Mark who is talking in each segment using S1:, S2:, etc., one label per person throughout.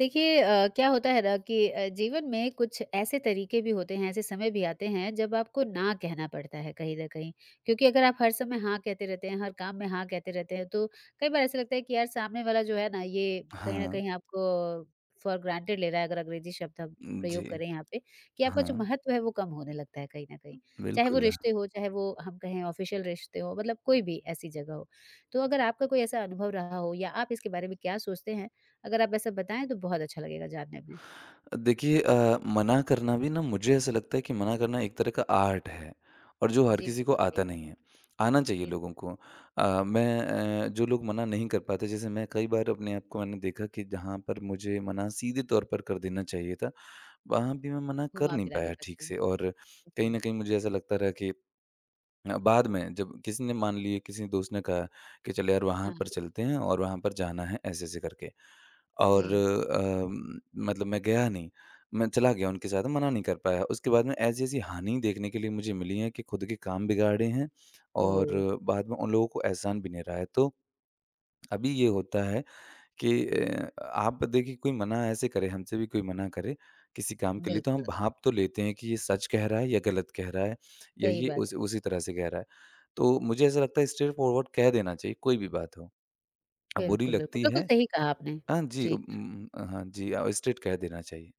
S1: देखिए क्या होता है ना कि जीवन में कुछ ऐसे तरीके भी होते हैं, ऐसे समय भी आते हैं जब आपको ना कहना पड़ता है कहीं न कहीं। क्योंकि अगर आप हर समय हाँ कहते रहते हैं, हर काम में हाँ कहते रहते हैं तो कई बार ऐसा लगता है कि यार सामने वाला जो है ना ये कहीं न
S2: हाँ,
S1: कहीं आपको फॉर ग्रांटेड ले रहा है अगर अंग्रेजी शब्द हम प्रयोग
S2: जी।
S1: करें यहाँ पे, कि आपका जो
S2: हाँ,
S1: महत्व है वो कम होने लगता है कहीं न कहीं। चाहे वो
S2: बिल्कुल।
S1: रिश्ते हो, चाहे वो हम कहें ऑफ़िशियल रिश्ते हों, मतलब कोई भी ऐसी जगह हो। तो अगर आपका कोई ऐसा अनुभव रहा हो या आप इसके बारे में क्या सोचते हैं अगर आप ऐसा बताएँ तो बहुत अच्छा लगेगा जानने में।
S2: देखिए मना करना भी ना मुझे ऐसा लगता है कि मना करना एक तरह का आर्ट है और जो हर
S1: जी,
S2: किसी को
S1: बिल्कुल सही
S2: आता
S1: कहा।
S2: नहीं है। आना चाहिए
S1: ये तो
S2: लोगों को। मैं जो लोग मना नहीं कर पाते जैसे मैं कई बार अपने आप को मैंने देखा कि जहाँ पर मुझे मना सीधे तौर पर कर देना चाहिए था, वहाँ भी मैं मना कर नहीं
S1: घुमा-फिरा के
S2: पाया ठीक
S1: करते हैं।
S2: से और कहीं
S1: जी,
S2: न कहीं मुझे ऐसा लगता रहा कि बाद में जब किसी ने मान लिए किसी दोस्त ने कहा कि चल यार वहाँ
S1: हाँ,
S2: पर चलते हैं और वहाँ पर जाना है ऐसे ऐसे करके
S1: जी।
S2: और मतलब मैं गया नहीं मैं चला गया उनके साथ मना नहीं कर पाया उसके बाद में ऐसी ऐसी हानि देखने के लिए मुझे मिली है कि खुद के काम बिगाड़े हैं और
S1: ओह!
S2: बाद में उन लोगों को एहसान भी नहीं रहा है तो अभी ये होता है कि आप देखिए कोई मना ऐसे करे हमसे भी कोई मना करे किसी काम के लिए तो हम
S1: बिल्कुल,
S2: भाँप तो लेते हैं कि ये सच कह रहा है या गलत कह रहा है या
S1: सही
S2: ये
S1: बात।
S2: उस उसी तरह से कह रहा है। तो मुझे ऐसा लगता है स्ट्रेट फॉरवर्ड कह देना चाहिए कोई भी बात हो। अब बुरी
S1: बिल्कुल, बिल्कुल,
S2: लगती
S1: बिल्कुल
S2: है।
S1: सही कहा आपने।
S2: हाँ जी,
S1: जी।
S2: हाँ जी, स्ट्रेट कह देना चाहिए।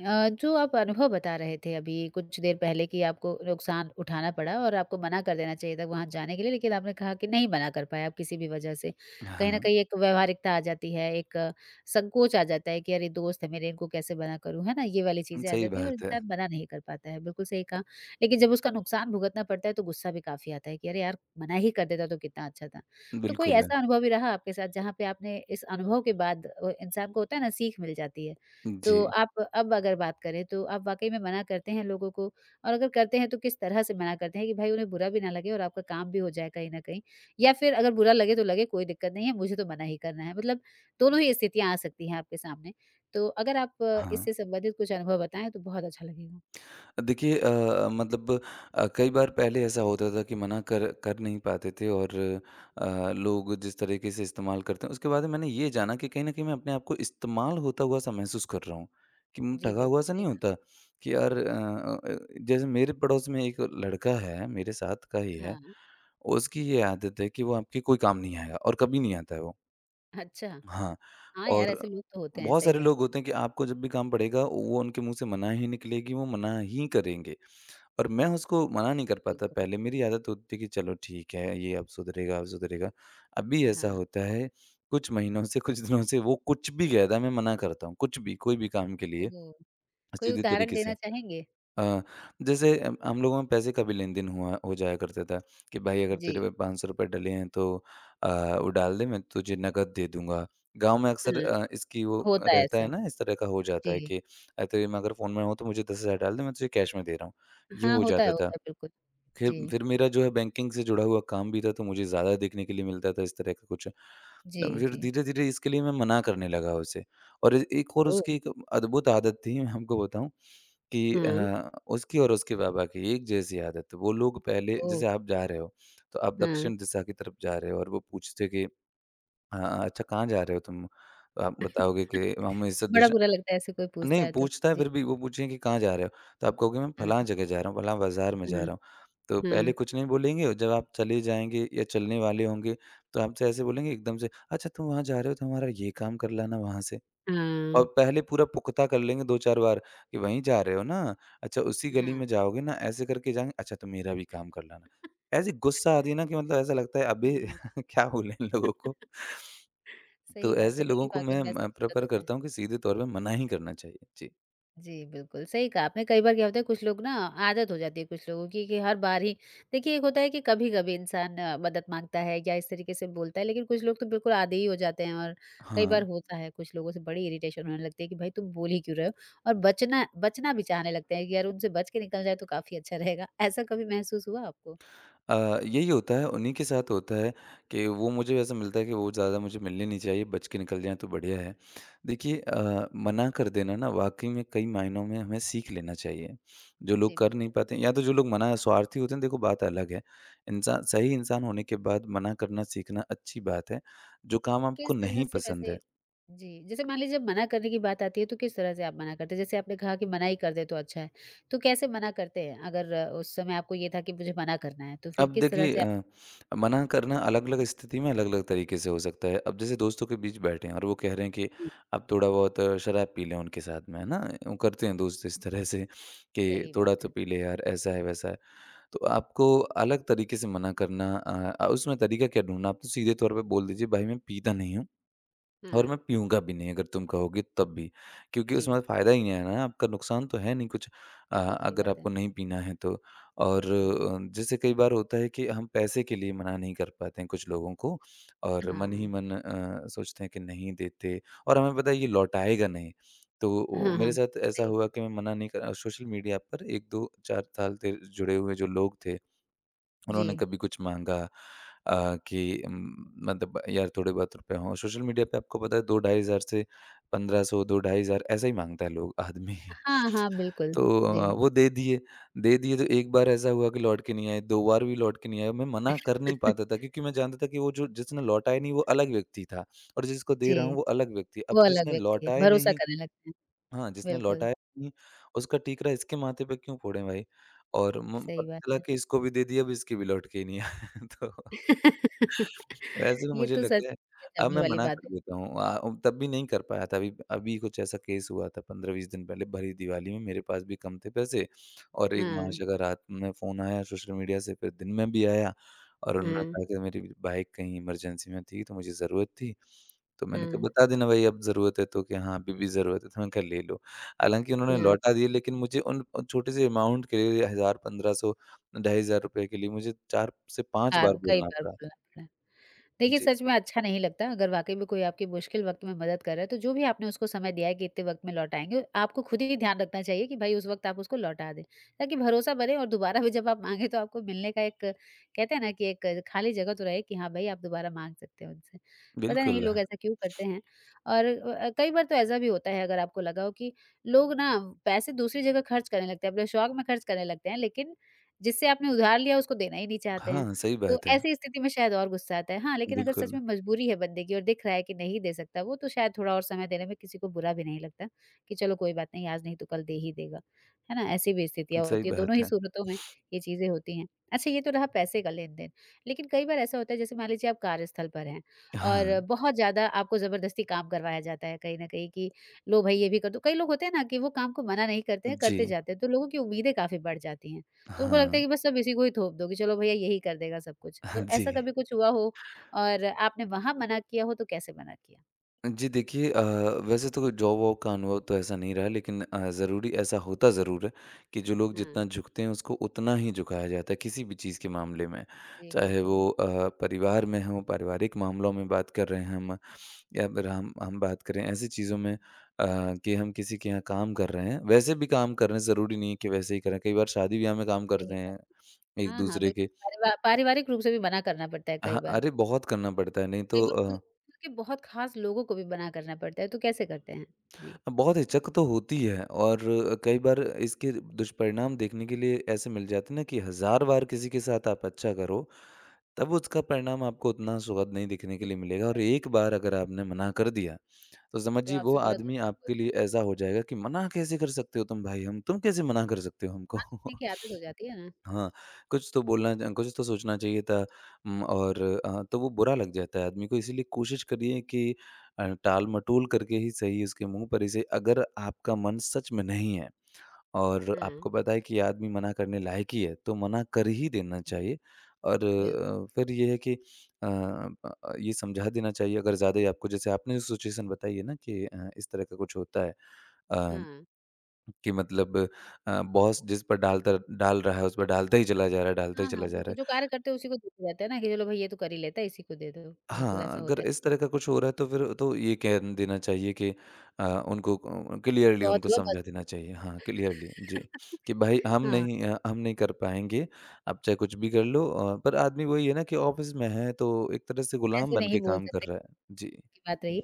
S1: जो आप अनुभव बता रहे थे अभी कुछ देर पहले कि आपको नुकसान उठाना पड़ा और आपको मना कर देना चाहिए था वहाँ जाने के लिए, लेकिन आपने कहा कि नहीं मना कर पाए आप किसी भी वजह से। कहीं न
S2: हाँ,
S1: कहीं एक व्यावहारिकता आ जाती है, एक संकोच आ जाता है कि अरे दोस्त है मेरे, इनको कैसे मना करूँ, है ना? ये वाली चीज़ें आ
S2: सही
S1: जाती हैं और
S2: बात है।
S1: इंसान मना नहीं कर पाता है, बिल्कुल सही कहा। लेकिन जब उसका नुकसान भुगतना पड़ता है तो गुस्सा भी काफ़ी आता है कि अरे यार! मना ही कर देता तो कितना अच्छा था। तो कोई
S2: बिल्कुल,
S1: ऐसा अनुभव भी रहा आपके साथ जहाँ पे आपने इस अनुभव के बाद इंसान को होता है ना सीख मिल जाती है तो
S2: जी,
S1: आप अब अगर बात करें तो आप वाक़ई में मना करते हैं लोगों को? और अगर करते हैं तो किस तरह से मना करते हैं कि भाई उन्हें बुरा भी ना लगे और आपका काम भी हो जाए कहीं न कहीं? या फिर अगर बुरा लगे तो लगे कोई दिक्कत नहीं है, मुझे तो मना ही करना है, मतलब दोनों ही स्थितियाँ आ सकती हैं आपके सामने। तो अगर आप
S2: हाँ।
S1: इससे संबंधित कुछ अनुभव बताएँ तो बहुत अच्छा लगेगा।
S2: देखिए मतलब कई बार पहले ऐसा होता था कि मना कर कर नहीं पाते थे और लोग जिस तरीके से इस्तेमाल करते हैं उसके बाद मैंने ये जाना कि कहीं न कहीं मैं अपने आप को इस्तेमाल होता हुआ सा महसूस कर रहा हूँ, कि मैं
S1: जी,
S2: ठगा हुआ
S1: बिल्कुल
S2: सा
S1: सही
S2: नहीं
S1: कहा।
S2: होता कि यार जैसे मेरे पड़ोस में एक लड़का है, मेरे साथ का ही है,
S1: हाँ,
S2: उसकी ये आदत है कि वो आपके कोई काम नहीं आएगा और कभी नहीं आता है वो।
S1: अच्छा।
S2: हाँ,
S1: हाँ यार,
S2: और
S1: ऐसे लोग तो होते हैं,
S2: बहुत
S1: सही
S2: सारे
S1: बात
S2: लोग
S1: है।
S2: होते हैं कि आपको जब भी काम पड़ेगा, वो उनके मुँह से मना ही निकलेगी, वो मना ही करेंगे और मैं उसको मना नहीं कर पाता
S1: बिल्कुल,
S2: पहले। मेरी आदत होती है कि चलो ठीक है, ये अब सुधरेगा, अब सुधरेगा। अभी ऐसा
S1: हाँ।
S2: होता है, कुछ महीनों से, कुछ दिनों से वो कुछ भी कह रहा है, मैं मना करता हूँ, कुछ भी, कोई भी काम के लिए
S1: ओह! कोई
S2: सीधे
S1: उदाहरण
S2: तरीके
S1: देना
S2: से।
S1: चाहेंगे?
S2: अ, जैसे हम लोगों में पैसे का भी लेन-देन हुआ हो जाया करता था कि भाई अगर
S1: जी,
S2: तेरे पे ₹500 डले हैं तो अ, वो डाल दे मैं तुझे नकद दे दूँगा। गाँव में अक्सर
S1: हाँ,
S2: इसकी वो
S1: होता है
S2: रहता है
S1: ऐसा।
S2: ना इस तरह का हो जाता है
S1: जी।
S2: कि तेरे में अगर फ़ोन में हो तो मुझे 10,000 डाल दे मैं तुझे कैश में दे रहा हूँ। ये
S1: हाँ,
S2: हो जाता
S1: होता
S2: था।
S1: है, बिल्कुल।
S2: फिर
S1: जी,
S2: फिर मेरा जो है बैंकिंग से जुड़ा हुआ काम भी था तो मुझे ज़्यादा देखने के लिए मिलता था इस तरह का कुछ।
S1: जी,
S2: फिर
S1: जी।
S2: धीरे-धीरे इसके लिए मैं मना करने लगा उसे और एक और उसकी
S1: ओह!
S2: एक अद्भुत आदत थी मैं हमको बताऊँ कि
S1: हुँ।
S2: उसकी और उसके बाबा की एक जैसी आदत है। वो लोग पहले
S1: ओह!
S2: जैसे आप जा रहे हो, तो आप
S1: हुँ।
S2: दक्षिण दिशा की तरफ जा रहे हो और वो पूछते कि अ, अच्छा कहाँ जा रहे हो तुम? तो आप बताओगे कि हम इस
S1: बड़ा
S2: दिशा
S1: बुरा लगता है ऐसे कोई पूछता
S2: नहीं
S1: है तो।
S2: पूछता है
S1: जी।
S2: फिर भी वो पूछें कि कहाँ जा रहे हो? तो आप कहोगे मैं
S1: हुँ,
S2: फलाँ
S1: हुँ,
S2: जगह जा रहा हूँ, फलाँ बाज़ार में जा
S1: हुँ,
S2: रहा हूँ। तो पहले कुछ नहीं बोलेंगे, जब आप चले जाएँगे या चलने वाले होंगे, तो आपसे ऐसे बोलेंगे एकदम से, अच्छा तुम वहाँ जा रहे हो तो हमारा ये काम कर लाना वहाँ से। और
S1: हाँ।
S2: पहले पूरा पुख्ता कर लेंगे 2-4 बार कि वहीं जा रहे हो ना? अच्छा उसी गली में जाओगे ना? ऐसे करके जाएँगे, अच्छा तुम मेरा भी काम कर लाना। ऐसी गुस्सा आती है ना कि मतलब ऐसा लगता है
S1: हाँ,
S2: अबे!
S1: हाँ।
S2: क्या बोलें इन लोगों को?
S1: सही
S2: तो
S1: बात है,
S2: ऐसे लोगों
S1: देखिए
S2: को
S1: वाक़ई
S2: मैं
S1: में ऐसा
S2: म
S1: होता
S2: प्रेफ़र
S1: तो है।
S2: करता हूँ कि सीधे तौर पे मना ही करना चाहिए। जी।
S1: जी, बिल्कुल, सही कहा आपने। कई बार क्या होता है कुछ लोग ना आदत हो जाती है कुछ लोगों की कि हर बार ही देखिए एक होता है कि कभी-कभी इंसान मदद माँगता है या इस तरीके से बोलता है, लेकिन कुछ लोग तो बिल्कुल आधे ही हो जाते हैं और कई
S2: हाँ।
S1: बार होता है कुछ लोगों से बड़ी इरिटेशन होने लगती है कि भाई तुम बोल ही क्यों रहे हो? और बचना बचना भी चाहने लगते हैं कि यार उनसे बच के निकल जाए तो काफ़ी अच्छा रहेगा। ऐसा कभी महसूस हुआ आपको?
S2: यही होता है, उन्हीं के साथ होता है कि वो मुझे वैसा मिलता है कि वो ज़्यादा मुझे मिलने नहीं चाहिए, बच के निकल जाएँ तो बढ़िया है। देखिए मना कर देना ना वाक़ई में कई मायनों में हमें सीख लेना चाहिए। जो
S1: जी,
S2: लोग कर नहीं
S1: बिल्कुल।
S2: पाते हैं, या तो जो लोग मना स्वार्थी होते हैं, देखो बात अलग है। इंसान सही इंसान होने के बाद मना करना सीखना अच्छी बात है। जो काम
S1: किस
S2: आपको
S1: तरह
S2: नहीं
S1: से
S2: पसंद
S1: वैसे
S2: है
S1: जी, जैसे मान लीजिए जब मना करने की बात आती है तो किस तरह से आप मना करते हैं? जैसे आपने कहा कि मना ही कर दे तो अच्छा है, तो कैसे मना करते हैं? अगर उस समय आपको ये था कि मुझे मना करना है, तो फिर
S2: अब
S1: किस तरह
S2: देखिए
S1: से आप
S2: मना करना अलग-अलग स्थिति में अलग-अलग तरीके से हो सकता है। अब जैसे दोस्तों के बीच बैठे हैं और वो कह रहे हैं कि
S1: जी,
S2: आप थोड़ा बहुत शराब पी लें उनके साथ में, है ना? वो करते हैं दोस्त इस तरह से कि
S1: सही
S2: थोड़ा
S1: बात
S2: तो
S1: है।
S2: पी ले यार, ऐसा है, वैसा है। तो आपको अलग तरीके से मना करना उसमें तरीका क्या ढूँढना? आप तो सीधे तौर पे बोल दीजिए, "भाई मैं पीता नहीं हूँ।" और मैं
S1: हाँ,
S2: पीऊँगा भी नहीं अगर तुम कहोगे तब भी, क्योंकि
S1: जी,
S2: उसमें फ़ायदा ही नहीं है ना, आपका नुकसान तो है नहीं कुछ
S1: बिल्कुल सही
S2: अगर
S1: बात है।
S2: आपको नहीं पीना है तो। और
S1: जी,
S2: जैसे कई बार होता है कि हम पैसे के लिए मना नहीं कर पाते हैं कुछ लोगों को और मन ही
S1: हाँ।
S2: मन सोचते हैं कि नहीं देते और हमें पता है ये लौटाएगा नहीं। तो ओ
S1: हाँ,
S2: मेरे
S1: हाँ,
S2: साथ ऐसा
S1: सही
S2: हुआ कि मैं मना नहीं करा सोशल मीडिया पर 1-2 4 साल से जुड़े हुए जो लोग थे
S1: जी।
S2: उन्होंने कभी कुछ माँगा कि मतलब यार थोड़े बहुत रुपए हों। सोशल मीडिया पे आपको पता है 2 ढाई हज़ार से 1500 2 ढाई हज़ार ऐसा ही माँगता है लोग आदमी।
S1: हाँ, हाँ, बिल्कुल,
S2: तो
S1: जी।
S2: वो दे दिए तो एक बार ऐसा हुआ कि लौट के नहीं आए, 2 बार भी लौट के नहीं आए। मैं मना कर नहीं पाता था क्योंकि मैं जानता था कि वो जो जिसने लौटाए नहीं वो अलग व्यक्ति था और जिसको दे रहा
S1: जी,
S2: हूँ वो अलग व्यक्ति है।
S1: वो
S2: अब
S1: अलग
S2: जिसने
S1: व्यक्ति है,
S2: लौटाए
S1: भरोसा
S2: नहीं,
S1: करने लगते हैं।
S2: हाँ, जिसने
S1: बिल्कुल,
S2: लौटाया नहीं, उसका ठीकरा इसके माथे पे क्यों फोड़े भाई? और म
S1: सही
S2: पता चला
S1: बात है।
S2: कि इसको भी दे दिया, अब इसकी भी लौट के ही नहीं आया। तो वैसे तो
S1: ये
S2: मुझे
S1: तो सच
S2: लगता है
S1: में
S2: अब
S1: अचंभे
S2: मैं
S1: वाली
S2: मना
S1: बात
S2: कर
S1: है।
S2: देता हूँ, तब भी नहीं कर पाया था। अभी अभी कुछ ऐसा केस हुआ था 15-20 दिन पहले, भरी दिवाली में मेरे पास भी कम थे पैसे और एक
S1: हाँ,
S2: महाशय का रात में फ़ोन आया सोशल मीडिया से, फिर दिन में भी आया और उन्होंने
S1: हाँ।
S2: कहा कि मेरी बाइक कहीं इमरजेंसी में थी तो मुझे ज़रूरत थी। तो मैंने कहा
S1: हाँ,
S2: बता देना भाई अब ज़रूरत है तो, कि हाँ, अभी भी ज़रूरत है, तो मैंने कहा ले लो। हालाँकि उन्होंने
S1: हाँ,
S2: लौटा दिए लेकिन मुझे उन उन छोटे से अमाउंट के लिए 1000 1500 ₹2500 के लिए मुझे 4 से 5
S1: कार
S2: बार
S1: कई
S2: बोलना
S1: बार
S2: पड़ा।
S1: बोलना पड़ा। देखिए,
S2: जी।
S1: सच में अच्छा नहीं लगता अगर वाक़ई में कोई आपकी मुश्किल वक़्त में मदद कर रहा है, तो जो भी आपने उसको समय दिया है कि इतने वक़्त में लौटाएँगे, आपको खुद ही ध्यान रखना चाहिए कि भई उस वक़्त आप उसको लौटा दें, ताकि भरोसा बने और दोबारा भी जब आप माँगे तो आपको मिलने का एक कहते हैं ना कि एक खाली जगह तो रहे कि हाँ, भई आप दोबारा माँग सकते हो उनसे। पता नहीं
S2: बिल्कुल।
S1: लोग ऐसा क्यों करते हैं और कई बार तो ऐसा भी होता है अगर आपको लगा हो कि लोग ना पैसे दूसरी जगह खर्च करने लगते हैं, अपने शौक में खर्च करने लगते हैं, लेकिन जिससे आपने उधार लिया उसको देना ही नहीं चाहते हैं।
S2: हाँ, सही
S1: तो
S2: बात है।
S1: ऐसी स्थिति में शायद और गुस्सा आता है। हाँ, लेकिन अगर सच
S2: बिल्कुल,
S1: में मजबूरी है बंदे की और दिख रहा है कि नहीं दे सकता वो, तो शायद थोड़ा और समय देने में किसी को बुरा भी नहीं लगता कि चलो कोई बात नहीं, आज नहीं तो कल दे ही देगा। है ना? ऐसी भी स्थितियाँ
S2: सही
S1: होती हैं,
S2: बात
S1: दोनों ही
S2: है।
S1: सूरतों में ये चीज़ें होती हैं। अच्छा ये तो रहा पैसे का लेन-देन, लेकिन कई बार ऐसा होता है जैसे मान लीजिए आप कार्यस्थल पर हैं और
S2: हाँ,
S1: बहुत ज़्यादा आपको ज़बरदस्ती काम करवाया जाता है कहीं न कहीं कि लो भई ये भी कर दो। कई लोग होते हैं ना कि वो काम को मना नहीं करते हैं,
S2: जी,
S1: करते जाते हैं, तो लोगों की उम्मीदें काफ़ी बढ़ जाती हैं। तो उनको लगता
S2: हाँ,
S1: है कि बस सब इसी को ही थोप दो कि चलो भैया यही कर देगा सब कुछ। तो
S2: हाँ जी।
S1: ऐसा कभी कुछ हुआ हो और आपने वहाँ मना किया हो तो कैसे मना किया?
S2: जी देखिए वैसे तो जॉब वॉब का अनुभव तो ऐसा नहीं रहा लेकिन ज़रूरी ऐसा होता ज़रूर है कि जो लोग जितना
S1: हुँ।
S2: झुकते हैं उसको उतना ही झुकाया जाता है किसी भी चीज़ के मामले में,
S1: जी,
S2: चाहे
S1: बिल्कुल,
S2: वो परिवार में हो पारिवारिक मामलों में बात कर रहे हैं हम, या फिर हम बात करें ऐसी चीज़ों में कि हम किसी के यहाँ काम कर रहे हैं, वैसे भी काम कर रहे हैं ज़रूरी नहीं है कि वैसे ही करें, कई बार शादी ब्याह में काम
S1: सही
S2: करते
S1: बात।
S2: हैं एक
S1: हाँ, हाँ,
S2: दूसरे
S1: बिल्कुल
S2: के।
S1: परिवा पारिवारिक रूप से भी मना करना पड़ता है कई
S2: हाँ
S1: बार।
S2: अरे बहुत करना पड़ता है नहीं
S1: कई
S2: तो।
S1: बार खुद खुद के बहुत ख़ास लोगों को भी मना करना पड़ता है, तो कैसे करते हैं? जी।
S2: हाँ, बहुत हिचक तो होती है और कई बार इसके दुष्परिणाम देखने के लिए ऐसे मिल जाते हैं ना कि हज़ार बार किसी के साथ आप अच्छा करो, तब उसका परिणाम आपको उतना सुखद नहीं देखने के
S1: जी,
S2: लिए मिलेगा और
S1: भाई,
S2: एक बार अगर आपने मना कर दिया, तो
S1: तो
S2: समझिए वो
S1: आपसे बुरा
S2: आदमी
S1: दुश्मन कोई
S2: आपके लिए ऐसा हो जाएगा कि मना कैसे कर सकते हो तुम भाई हम, तुम कैसे मना कर सकते हो हमको?
S1: पूछने की आदत हो जाती है ना?
S2: हाँ, कुछ तो बोलना च कुछ तो सोचना चाहिए था। और तो वो बुरा लग जाता है आदमी को, इसीलिए कोशिश करिए कि टाल-मटोल करके ही सही उसके मुँह पर इसे, अगर आपका मन सच में नहीं है और
S1: हुँ।
S2: आपको पता है कि ये आदमी मना करने लायक ही है, तो मना कर ही देना
S1: जी,
S2: चाहिए और
S1: बिल्कुल।
S2: फिर ये है कि ये समझा देना चाहिए अगर ज़्यादा ही, आपको जैसे आपने जो सिचुएशन बताई है ना कि इस तरह का कुछ होता है। अ
S1: हुँ।
S2: कि मतलब बॉस जिस पर डालता डाल रहा है उस पर डालता ही चला जा रहा है डालता ही
S1: हाँ, हाँ,
S2: चला जा रहा
S1: बिल्कुल
S2: है।
S1: जो कार्य करते हैं उसी को देते रहते हैं ना कि चलो भई ये तो कर ही लेता है, इसी को दे दो। बिल्कुल
S2: हाँ,
S1: ऐसा
S2: अगर
S1: होता है।
S2: इस तरह का कुछ हो रहा है तो फिर तो ये कह देना चाहिए कि उनको क्लियरली
S1: बहुत
S2: उनको
S1: हुआ बस।
S2: समझा देना चाहिए। हाँ, क्लियरली जी, कि भाई
S1: हाँ,
S2: हम नहीं कर पाएँगे, आप चाहे कुछ भी कर लो पर आदमी वही है ना कि ऑफ़िस में है तो एक तरह से गुलाम
S1: ऐसे
S2: बन
S1: नहीं
S2: के
S1: बोल
S2: काम कर
S1: सकते
S2: रहा है। जी।
S1: कि बात रही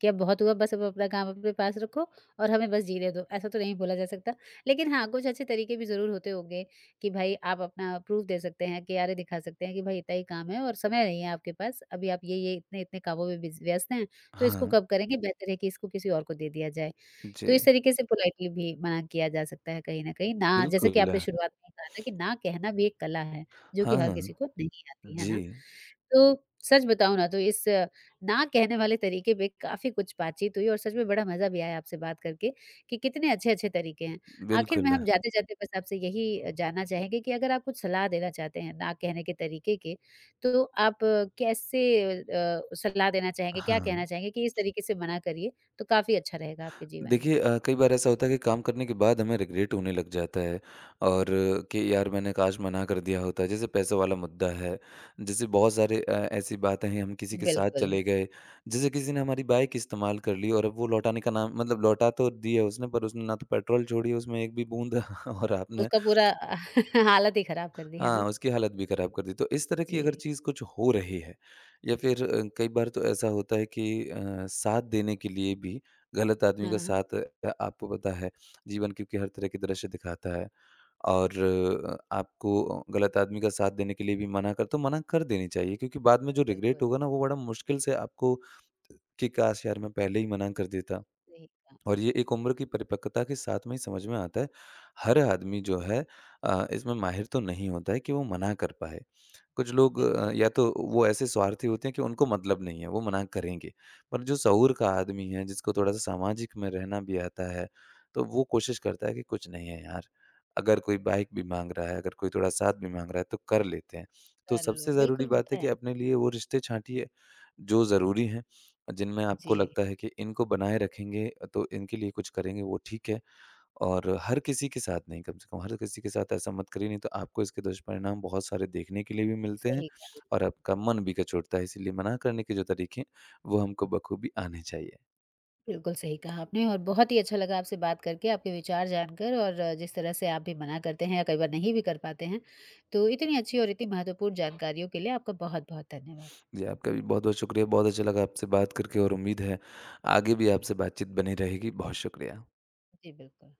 S1: कि अब बहुत हुआ बस अब अपना काम अपने पास रखो और हमें बस जीने दो, ऐसा तो नहीं बोला जा सकता। लेकिन हाँ, कुछ अच्छे तरीके भी ज़रूर होते होंगे कि भाई आप अपना प्रूफ़ दे सकते हैं, कि आरे दिखा सकते हैं कि भाई इतना ही काम है और समय नहीं है आपके पास, अभी आप ये-ये इतने-इतने कामों में बिज़ व्यस्त हैं, तो इसको
S2: हाँ,
S1: कब करेंगे? बेहतर है कि इसको किसी और को दे दिया जाए।
S2: जी,
S1: तो इस तरीके से पोलाइटली भी मना किया जा सकता है कहीं न कहीं। ना जैसे कि
S2: बिल्कुल।
S1: आपने शुरुआत में ही कहा था कि ना कहना भी एक कला है, जो कि हर
S2: हाँ,
S1: किसी को नहीं आती, है ना?
S2: जी,
S1: तो सच बताऊँ ना तो इस ना कहने वाले तरीके पे काफ़ी कुछ बातचीत हुई और सच में बड़ा मज़ा भी आया आपसे बात करके कि कितने अच्छे-अच्छे तरीके हैं। आखिर में
S2: बिल्कुल।
S1: हम जाते-जाते बस आपसे यही जानना चाहेंगे कि अगर आप कुछ सलाह देना चाहते हैं ना कहने के तरीके के, तो आप कैसे सलाह देना चाहेंगे, क्या कहना
S2: हाँ।
S1: चाहेंगे कि इस तरीके से मना करिए तो काफ़ी अच्छा रहेगा आपके जीवन में?
S2: देखिए कई बार ऐसा होता है कि काम करने के बाद हमें रिग्रेट होने लग जाता है और कि यार मैंने काश मना कर दिया होता, जैसे पैसों वाला मुद्दा है, जैसे बहुत सारे ऐसी बातें हैं, हम किसी के साथ
S1: बिल्कुल,
S2: चले गए, जैसे किसी ने हमारी बाइक इस्तेमाल कर ली और अब वो लौटाने का नाम, मतलब लौटा तो दिया उसने पर उसने ना तो पेट्रोल छोड़ी उसमें एक भी बूंद, और आपने
S1: उसका पूरा हालत ही ख़राब कर दी, है ना?
S2: हाँ, उसकी हालत भी खराब कर दी। तो इस तरह की अगर
S1: जी,
S2: चीज़ कुछ हो रही है या फिर कई बार तो ऐसा होता है कि साथ देने के लिए भी गलत आदमी का
S1: हाँ,
S2: साथ, आपको पता है जीवन क्योंकि हर तरह के दृश्य दिखाता है और आपको गलत आदमी का साथ देने के लिए भी मना कर, तो मना कर देनी चाहिए क्योंकि बाद में जो रिग्रेट
S1: बिल्कुल,
S2: होगा ना वो बड़ा मुश्किल से आपको, कि काश यार मैं पहले ही मना कर देता।
S1: सही कहा,
S2: और ये एक उम्र की परिपक्वता के साथ में ही समझ में आता है। हर आदमी जो है इसमें माहिर तो नहीं होता है कि वो मना कर पाए। कुछ लोग
S1: बिल्कुल,
S2: या तो वो ऐसे स्वार्थी होते हैं कि उनको मतलब नहीं है, वो मना करेंगे। पर जो शऊर का आदमी है, जिसको थोड़ा-सा सामाजिक में रहना भी आता है, तो वो कोशिश करता है कि कुछ नहीं है यार, अगर कोई बाइक भी माँग रहा है, अगर कोई थोड़ा साथ भी माँग रहा है, तो कर लेते हैं। तो
S1: कर लो,
S2: सबसे ज़रूरी
S1: बिल्कुल
S2: बात
S1: होता
S2: है
S1: है।
S2: कि अपने लिए वो रिश्ते छाँटिए, जो ज़रूरी हैं, जिनमें आपको
S1: जी,
S2: लगता है कि इनको बनाए रखेंगे, तो इनके लिए कुछ करेंगे, वो ठीक है। और हर किसी के साथ नहीं, कम से कम हर किसी के साथ ऐसा मत करिए, नहीं तो आपको इसके दुष्परिणाम बहुत सारे देखने के लिए भी मिलते हैं
S1: सही कहा,
S2: और आपका मन भी कचोटता है। इसीलिए मना करने के जो तरीके हैं, वो हमको बखूबी आने चाहिए।
S1: बिल्कुल सही कहा आपने और बहुत ही अच्छा लगा आपसे बात करके, आपके विचार जानकर और जिस तरह से आप भी मना करते हैं या कई बार नहीं भी कर पाते हैं, तो इतनी अच्छी और इतनी महत्वपूर्ण जानकारियों के लिए आपका बहुत-बहुत धन्यवाद।
S2: जी, आपका भी बहुत-बहुत शुक्रिया। बहुत अच्छा लगा आपसे बात करके और उम्मीद है, आगे भी आपसे बातचीत बनी रहेगी। बहुत शुक्रिया।
S1: जी, बिल्कुल।